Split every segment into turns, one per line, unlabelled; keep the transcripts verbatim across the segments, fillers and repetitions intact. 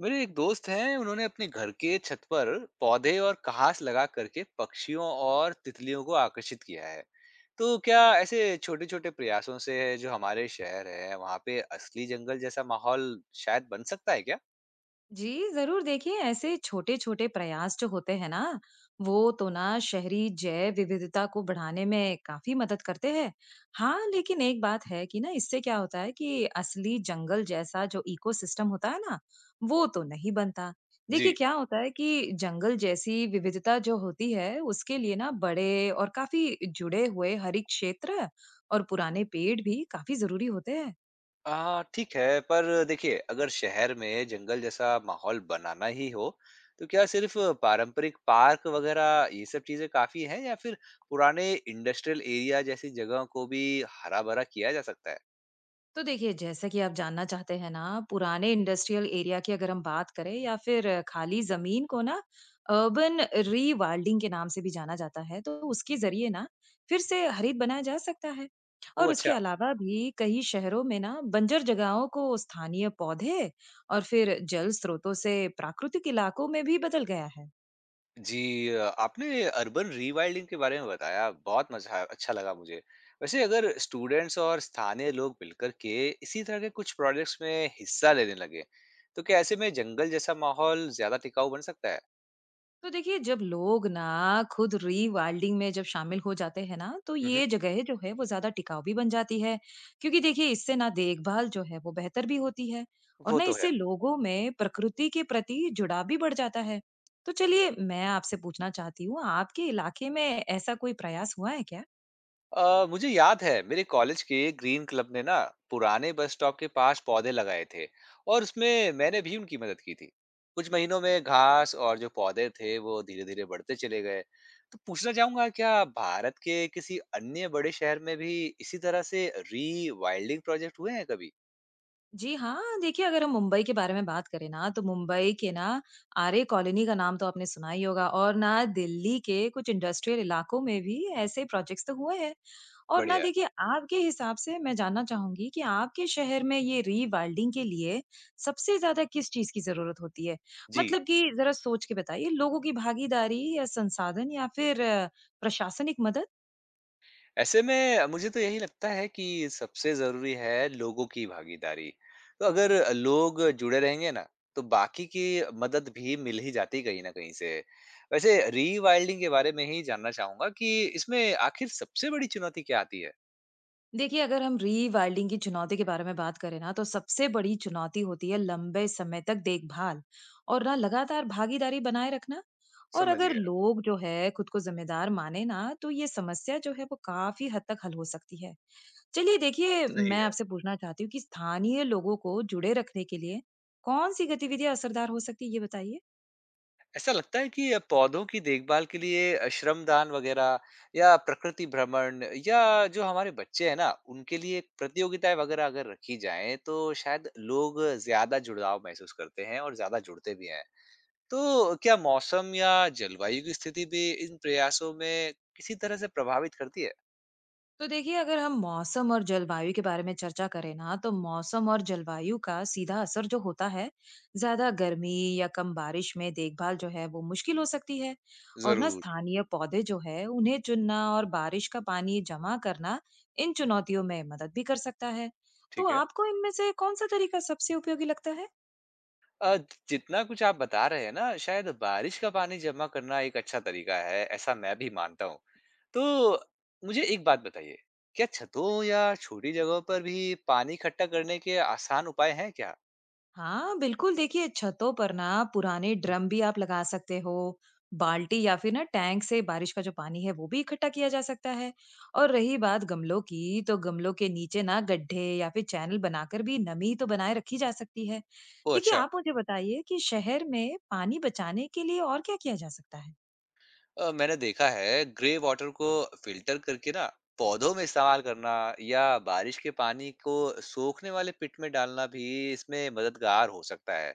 मेरे एक दोस्त हैं। उन्होंने अपने घर के छत पर पौधे और कहास लगा करके पक्षियों और तितलियों को आकर्षित किया है। तो क्या ऐसे छोटे छोटे प्रयासों से जो हमारे शहर है वहां पे असली जंगल जैसा माहौल शायद बन सकता है क्या?
जी जरूर। देखिए ऐसे छोटे छोटे प्रयास जो होते हैं ना, वो तो ना शहरी जैव विविधता को बढ़ाने में काफी मदद करते हैं। हाँ, लेकिन एक बात है कि ना इससे क्या होता है कि असली जंगल जैसा जो इकोसिस्टम होता है ना, वो तो नहीं बनता। देखिए
जी।
क्या होता है कि जंगल जैसी विविधता जो होती है उसके लिए ना बड़े और काफी जुड़े हुए हरित क्षेत्र और पुराने पेड़ भी काफी जरूरी होते हैं।
आ ठीक है, पर देखिए अगर शहर में जंगल जैसा माहौल बनाना ही हो तो क्या सिर्फ पारंपरिक पार्क वगैरह ये सब चीजें काफी हैं, या फिर पुराने इंडस्ट्रियल एरिया जैसी जगह को भी हरा भरा किया जा सकता है?
तो देखिए, जैसा कि आप जानना चाहते हैं ना, पुराने इंडस्ट्रियल एरिया की अगर हम बात करें या फिर खाली जमीन को ना, अर्बन रीवाल्डिंग के नाम से भी जाना जाता है, तो उसके जरिए ना फिर से हरित बनाया जा सकता है।
वो,
और
अच्छा।
उसके अलावा भी कई शहरों में ना बंजर जगहों को स्थानीय पौधे और फिर जल स्रोतों से प्राकृतिक इलाकों में भी बदल गया है।
जी, अ, आपने अर्बन रीवाइल्डिंग के बारे में बताया, बहुत मज़ा अच्छा लगा मुझे। वैसे अगर स्टूडेंट्स और स्थानीय लोग मिलकर के इसी तरह के कुछ प्रोजेक्ट्स में हिस्सा लेने लगे, तो क्या ऐसे में जंगल जैसा माहौल ज़्यादा टिकाऊ बन सकता है?
तो देखिए, जब लोग ना खुद रीवाइल्डिंग में जब शामिल हो जाते हैं ना, तो
मम्।
ये जगह जो है वो ज्यादा टिकाऊ भी बन जाती है। क्योंकि देखिए इससे ना देखभाल जो है वो बेहतर भी होती है और
वो
ना
तो है।
इससे लोगों में प्रकृति के प्रति जुड़ाव भी बढ़ जाता है। तो चलिए, मैं आपसे पूछना चाहती हूँ, आपके इलाके में ऐसा कोई प्रयास हुआ है क्या?
अ, मुझे याद है मेरे कॉलेज के ग्रीन क्लब ने ना पुराने बस स्टॉप के पास पौधे लगाए थे, और उसमें मैंने भी उनकी मदद की थी। कुछ महीनों में घास और जो पौधे थे वो धीरे धीरे बढ़ते चले गए। तो पूछना चाहूंगा, क्या भारत के किसी अन्य बड़े शहर में भी इसी तरह से री वाइल्डिंग प्रोजेक्ट हुए हैं कभी?
जी हाँ, देखिए अगर हम मुंबई के बारे में बात करें ना, तो मुंबई के ना आर्य कॉलोनी का नाम तो आपने सुना ही होगा, और ना दिल्ली के कुछ इंडस्ट्रियल इलाकों में भी ऐसे प्रोजेक्ट्स तो हुए हैं। और ना
बढ़िया।
देखिए, आपके हिसाब से मैं जानना चाहूँगी कि आपके शहर में ये रीवाइल्डिंग के लिए सबसे ज़्यादा किस चीज़ की ज़रूरत होती है?
जी।
मतलब कि ज़रा सोच के बताइए, लोगों की भागीदारी या संसाधन या फिर अ, प्रशासनिक मदद?
ऐसे में मुझे तो यही लगता है कि सबसे ज़रूरी है लोगों की भागीदारी। तो अगर लोग जुड़े रहेंगे ना, तो बाकी की मदद भी मिल ही जाती है कहीं न कहीं से। वैसे रीवाइल्डिंग के बारे में ही जानना चाहूँगा कि इसमें आखिर सबसे बड़ी चुनौती क्या आती है?
देखिए, अगर हम रीवाइल्डिंग की चुनौती के बारे में बात करें ना, तो सबसे बड़ी चुनौती होती है लंबे समय तक देखभाल और ना लगातार भागीदारी बनाए रखना। और
समझ
अगर
गया।
लोग जो है खुद को जिम्मेदार माने ना, तो ये समस्या जो है वो काफ़ी हद तक हल हो सकती है। चलिए देखिए,
सही
मैं
है।
आपसे पूछना चाहती हूँ कि स्थानीय लोगों को जुड़े रखने के लिए कौन-सी गतिविधियाँ असरदार हो सकती है, ये बताइए?
ऐसा लगता है कि पौधों की देखभाल के लिए श्रमदान वगैरह, या प्रकृति भ्रमण, या जो हमारे बच्चे हैं ना उनके लिए प्रतियोगिताएं वगैरह अगर रखी जाएं, तो शायद लोग ज्यादा जुड़ाव महसूस करते हैं और ज्यादा जुड़ते भी हैं। तो क्या मौसम या जलवायु की स्थिति भी इन प्रयासों में किसी तरह से प्रभावित करती है?
तो देखिए, अगर हम मौसम और जलवायु के बारे में चर्चा करें ना, तो मौसम और जलवायु का सीधा असर जो होता है, ज्यादा गर्मी या कम बारिश में देखभाल जो है वो मुश्किल हो सकती है। और ना
जरूर।
स्थानीय पौधे जो है उन्हें चुनना और बारिश का पानी जमा करना इन चुनौतियों में मदद भी कर सकता है। तो
ठीक है।
आपको इनमें से कौन सा तरीका सबसे उपयोगी लगता है?
अ, जितना कुछ आप बता रहे हैं ना, शायद बारिश का पानी जमा करना एक अच्छा तरीका है, ऐसा मैं भी मानता हूँ। तो मुझे एक बात बताइए, क्या छतों या छोटी जगहों पर भी पानी इकट्ठा करने के आसान उपाय हैं क्या?
हाँ, बिल्कुल, देखिए छतों पर ना पुराने ड्रम भी आप लगा सकते हो, बाल्टी या फिर ना टैंक से बारिश का जो पानी है वो भी इकट्ठा किया जा सकता है। और रही बात गमलों की, तो गमलों के नीचे ना गड्ढे या फिर चैनल बनाकर भी नमी तो बनाए रखी जा सकती है।
ओह!
देखिए
अच्छा।
आप मुझे बताइए कि शहर में पानी बचाने के लिए और क्या किया जा सकता है?
अ, मैंने देखा है ग्रे वाटर को फिल्टर करके ना पौधों में इस्तेमाल करना, या बारिश के पानी को सोखने वाले पिट में डालना भी इसमें मददगार हो सकता है।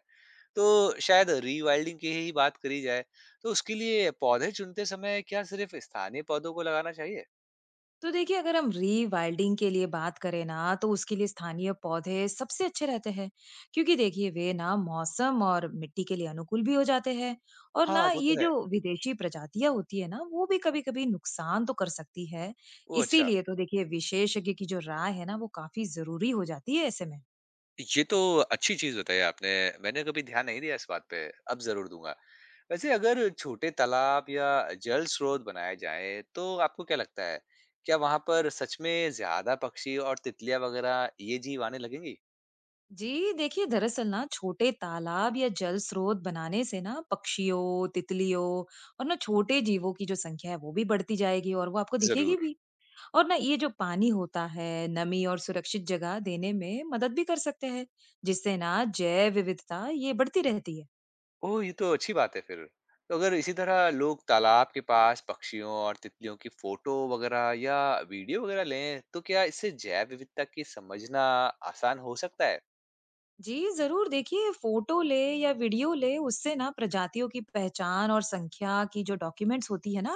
तो शायद रीवाइल्डिंग की ही बात करी जाए, तो उसके लिए पौधे चुनते समय क्या सिर्फ स्थानीय पौधों को लगाना चाहिए?
तो देखिए, अगर हम रीवाइल्डिंग के लिए बात करें ना, तो उसके लिए स्थानीय पौधे सबसे अच्छे रहते हैं। क्योंकि देखिए वे ना मौसम और मिट्टी के लिए अनुकूल भी हो जाते हैं। और
हाँ,
ना
वो
ये
तो है।
जो विदेशी प्रजातियां होती है ना, वो भी कभी कभी नुकसान तो कर सकती है।
वो, अच्छा।
इसीलिए तो देखिए विशेषज्ञ की जो राय है ना, वो काफी जरूरी हो जाती है ऐसे में।
ये तो अच्छी चीज़ बताई आपने। मैंने कभी ध्यान नहीं दिया इस बात पे, अब ज़रूर दूँगा। वैसे अगर छोटे तालाब या जल स्रोत बनाए जाएँ, तो आपको क्या लगता है, क्या वहाँ पर सच में ज़्यादा पक्षी और तितलियाँ वगैरह ये जीव आने लगेंगी?
जी देखिए, दरअसल ना छोटे तालाब या जल स्रोत बनाने से ना पक्षियों, तितलियों और ना छोटे जीवों की जो संख्या है वो भी बढ़ती जाएगी और वो आपको दिखेगी
ज़रूर।
भी। और ना ये जो पानी होता है, नमी और सुरक्षित जगह देने में मदद भी कर सकते हैं, जिससे ना जैव विविधता ये बढ़ती रहती है।
ओह! ये तो अच्छी बात है फिर। तो अगर इसी तरह लोग तालाब के पास पक्षियों और तितलियों की फ़ोटो वगैरह या वीडियो वगैरह लें, तो क्या इससे जैव विविधता की समझना आसान हो सकता है?
जी, ज़रूर। देखिए फोटो ले या वीडियो ले, उससे ना प्रजातियों की पहचान और संख्या की जो डॉक्यूमेंट्स होती है ना,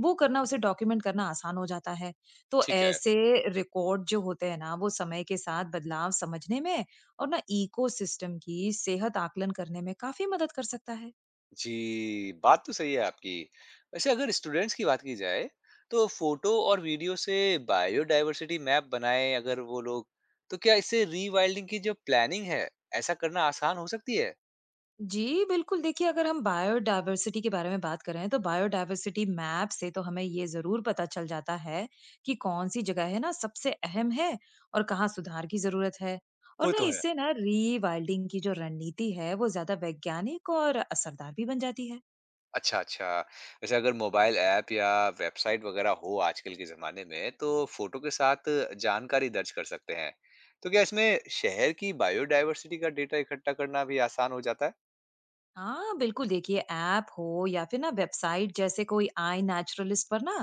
वो करना, उसे डॉक्यूमेंट करना आसान हो जाता है। तो
ठीक है।
ऐसे रिकॉर्ड जो होते हैं ना, वो समय के साथ बदलाव समझने में और ना इकोसिस्टम की सेहत आकलन करने में काफ़ी मदद कर सकता है।
जी, बात तो सही है आपकी। वैसे अगर स्टूडेंट्स की बात की जाए, तो फ़ोटो और वीडियो से बायोडायवर्सिटी मैप बनाएँ अगर वो लोग, तो क्या इससे रीवाइल्डिंग की जो प्लानिंग है, ऐसा करना आसान हो सकती है?
जी, बिल्कुल, देखिए अगर हम बायोडायवर्सिटी के बारे में बात कर रहे हैं, तो बायोडायवर्सिटी मैप से तो हमें ये ज़रूर पता चल जाता है कि कौन-सी जगह है ना सबसे अहम है और कहाँ सुधार की ज़रूरत है। और
वो
ना
तो है।
इससे ना रीवाइल्डिंग की जो रणनीति है, वो ज़्यादा वैज्ञानिक और असरदार भी बन जाती है।
अच्छा, अच्छा। वैसे अगर मोबाइल ऐप या वेबसाइट वगैरह हो आजकल के ज़माने में, तो फ़ोटो के साथ जानकारी दर्ज कर सकते हैं। तो क्या इसमें शहर की बायोडायवर्सिटी का डेटा इकट्ठा करना भी आसान हो जाता है?
हाँ, बिल्कुल, देखिए ऐप हो या फिर ना वेबसाइट जैसे कोई आई नेचुरलिस्ट, पर ना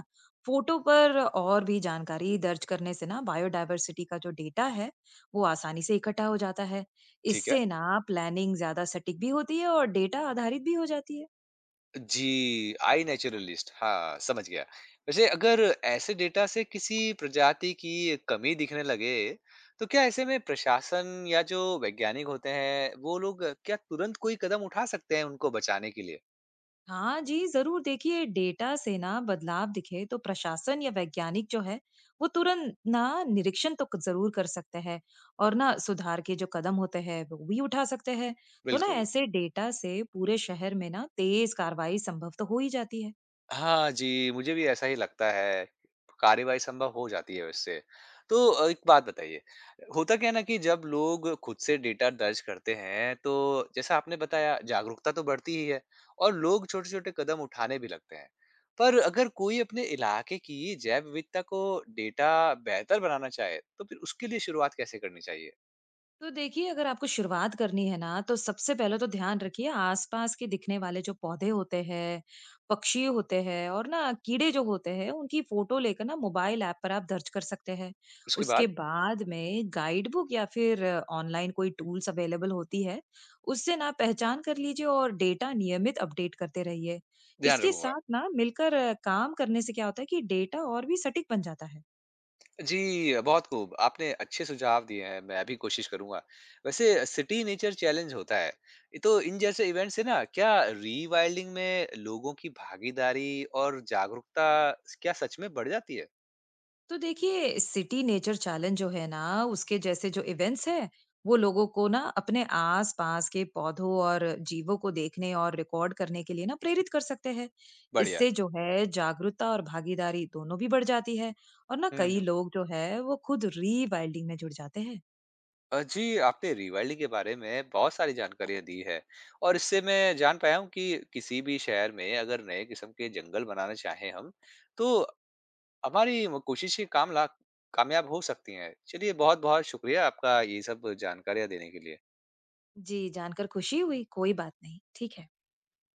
फोटो पर और भी जानकारी दर्ज करने से ना बायोडायवर्सिटी का जो डेटा है वो आसानी से इकट्ठा हो जाता है।
ठीक है।
इससे ना प्लानिंग ज्यादा सटीक भी होती है और डेटा आधारित भी हो जाती है।
जी, आई नेचुरलिस्ट, हाँ, समझ गया। वैसे अगर ऐसे डेटा से किसी प्रजाति की कमी दिखने लगे, तो क्या ऐसे में प्रशासन या जो वैज्ञानिक होते हैं, वो लोग क्या तुरंत कोई कदम उठा सकते हैं उनको बचाने के लिए?
हाँ जी, जरूर। देखिए डेटा से ना बदलाव दिखे तो प्रशासन या वैज्ञानिक जो है वो तुरंत ना निरीक्षण तो क- जरूर कर सकते हैं और ना सुधार के जो कदम होते हैं वो भी उठा सकते हैं। तो ना
बिल्कुल।
ऐसे डेटा से पूरे शहर में ना तेज कार्रवाई संभव तो हो ही जाती है।
हाँ जी, मुझे भी ऐसा ही लगता है। कार्रवाई संभव हो जाती है उससे। तो अ, एक बात बताइए, होता क्या है ना कि जब लोग खुद से डेटा दर्ज करते हैं, तो जैसा आपने बताया जागरूकता तो बढ़ती ही है, और लोग छोटे-छोटे कदम उठाने भी लगते हैं। पर अगर कोई अपने इलाके की जैव विविधता को डेटा बेहतर बनाना चाहे, तो फिर उसके लिए शुरुआत कैसे करनी चाहिए?
तो देखिए, अगर आपको शुरुआत करनी है ना, तो सबसे पहले तो ध्यान रखिए आसपास के दिखने वाले जो पौधे होते हैं, पक्षी होते हैं और ना कीड़े जो होते हैं, उनकी फ़ोटो लेकर ना मोबाइल ऐप पर आप दर्ज कर सकते हैं।
उसके बाद
उसके बाद में गाइड बुक या फिर ऑनलाइन कोई टूल्स अवेलेबल होती है, उससे ना पहचान कर लीजिए और डेटा नियमित अपडेट करते रहिए।
ध्यान
इसके
रखूँगा।
साथ ना मिलकर अ, काम करने से क्या होता है कि डेटा और भी सटीक बन जाता है।
जी, बहुत खूब। आपने अच्छे सुझाव दिए हैं, मैं भी कोशिश करूँगा। वैसे सिटी नेचर चैलेंज होता है, ये तो इन जैसे इवेंट से ना क्या रीवाइल्डिंग में लोगों की भागीदारी और जागरूकता क्या सच में बढ़ जाती है?
तो देखिए, सिटी नेचर चैलेंज जो है ना, उसके जैसे जो इवेंट्स है वो लोगों को ना अपने आसपास के पौधों और जीवों को देखने और रिकॉर्ड करने के लिए ना प्रेरित कर सकते हैं।
बढ़िया।
इससे जो है जागरूकता और भागीदारी दोनों भी बढ़ जाती है और ना कई
हुँ।
लोग जो है वो खुद रीवाइल्डिंग में जुड़ जाते हैं।
अ, जी, आपने रीवाइल्डिंग के बारे में बहुत सारी जानकारियाँ दी है, और इससे मैं जान पाया हूँ कि किसी भी शहर में अगर नए किस्म के जंगल बनाना चाहें हम, तो हमारी वो कोशिशें काम ला कामयाब हो सकती हैं। चलिए, बहुत-बहुत शुक्रिया आपका ये सब जानकारियाँ देने के लिए।
जी, जानकर खुशी हुई। कोई बात नहीं, ठीक है।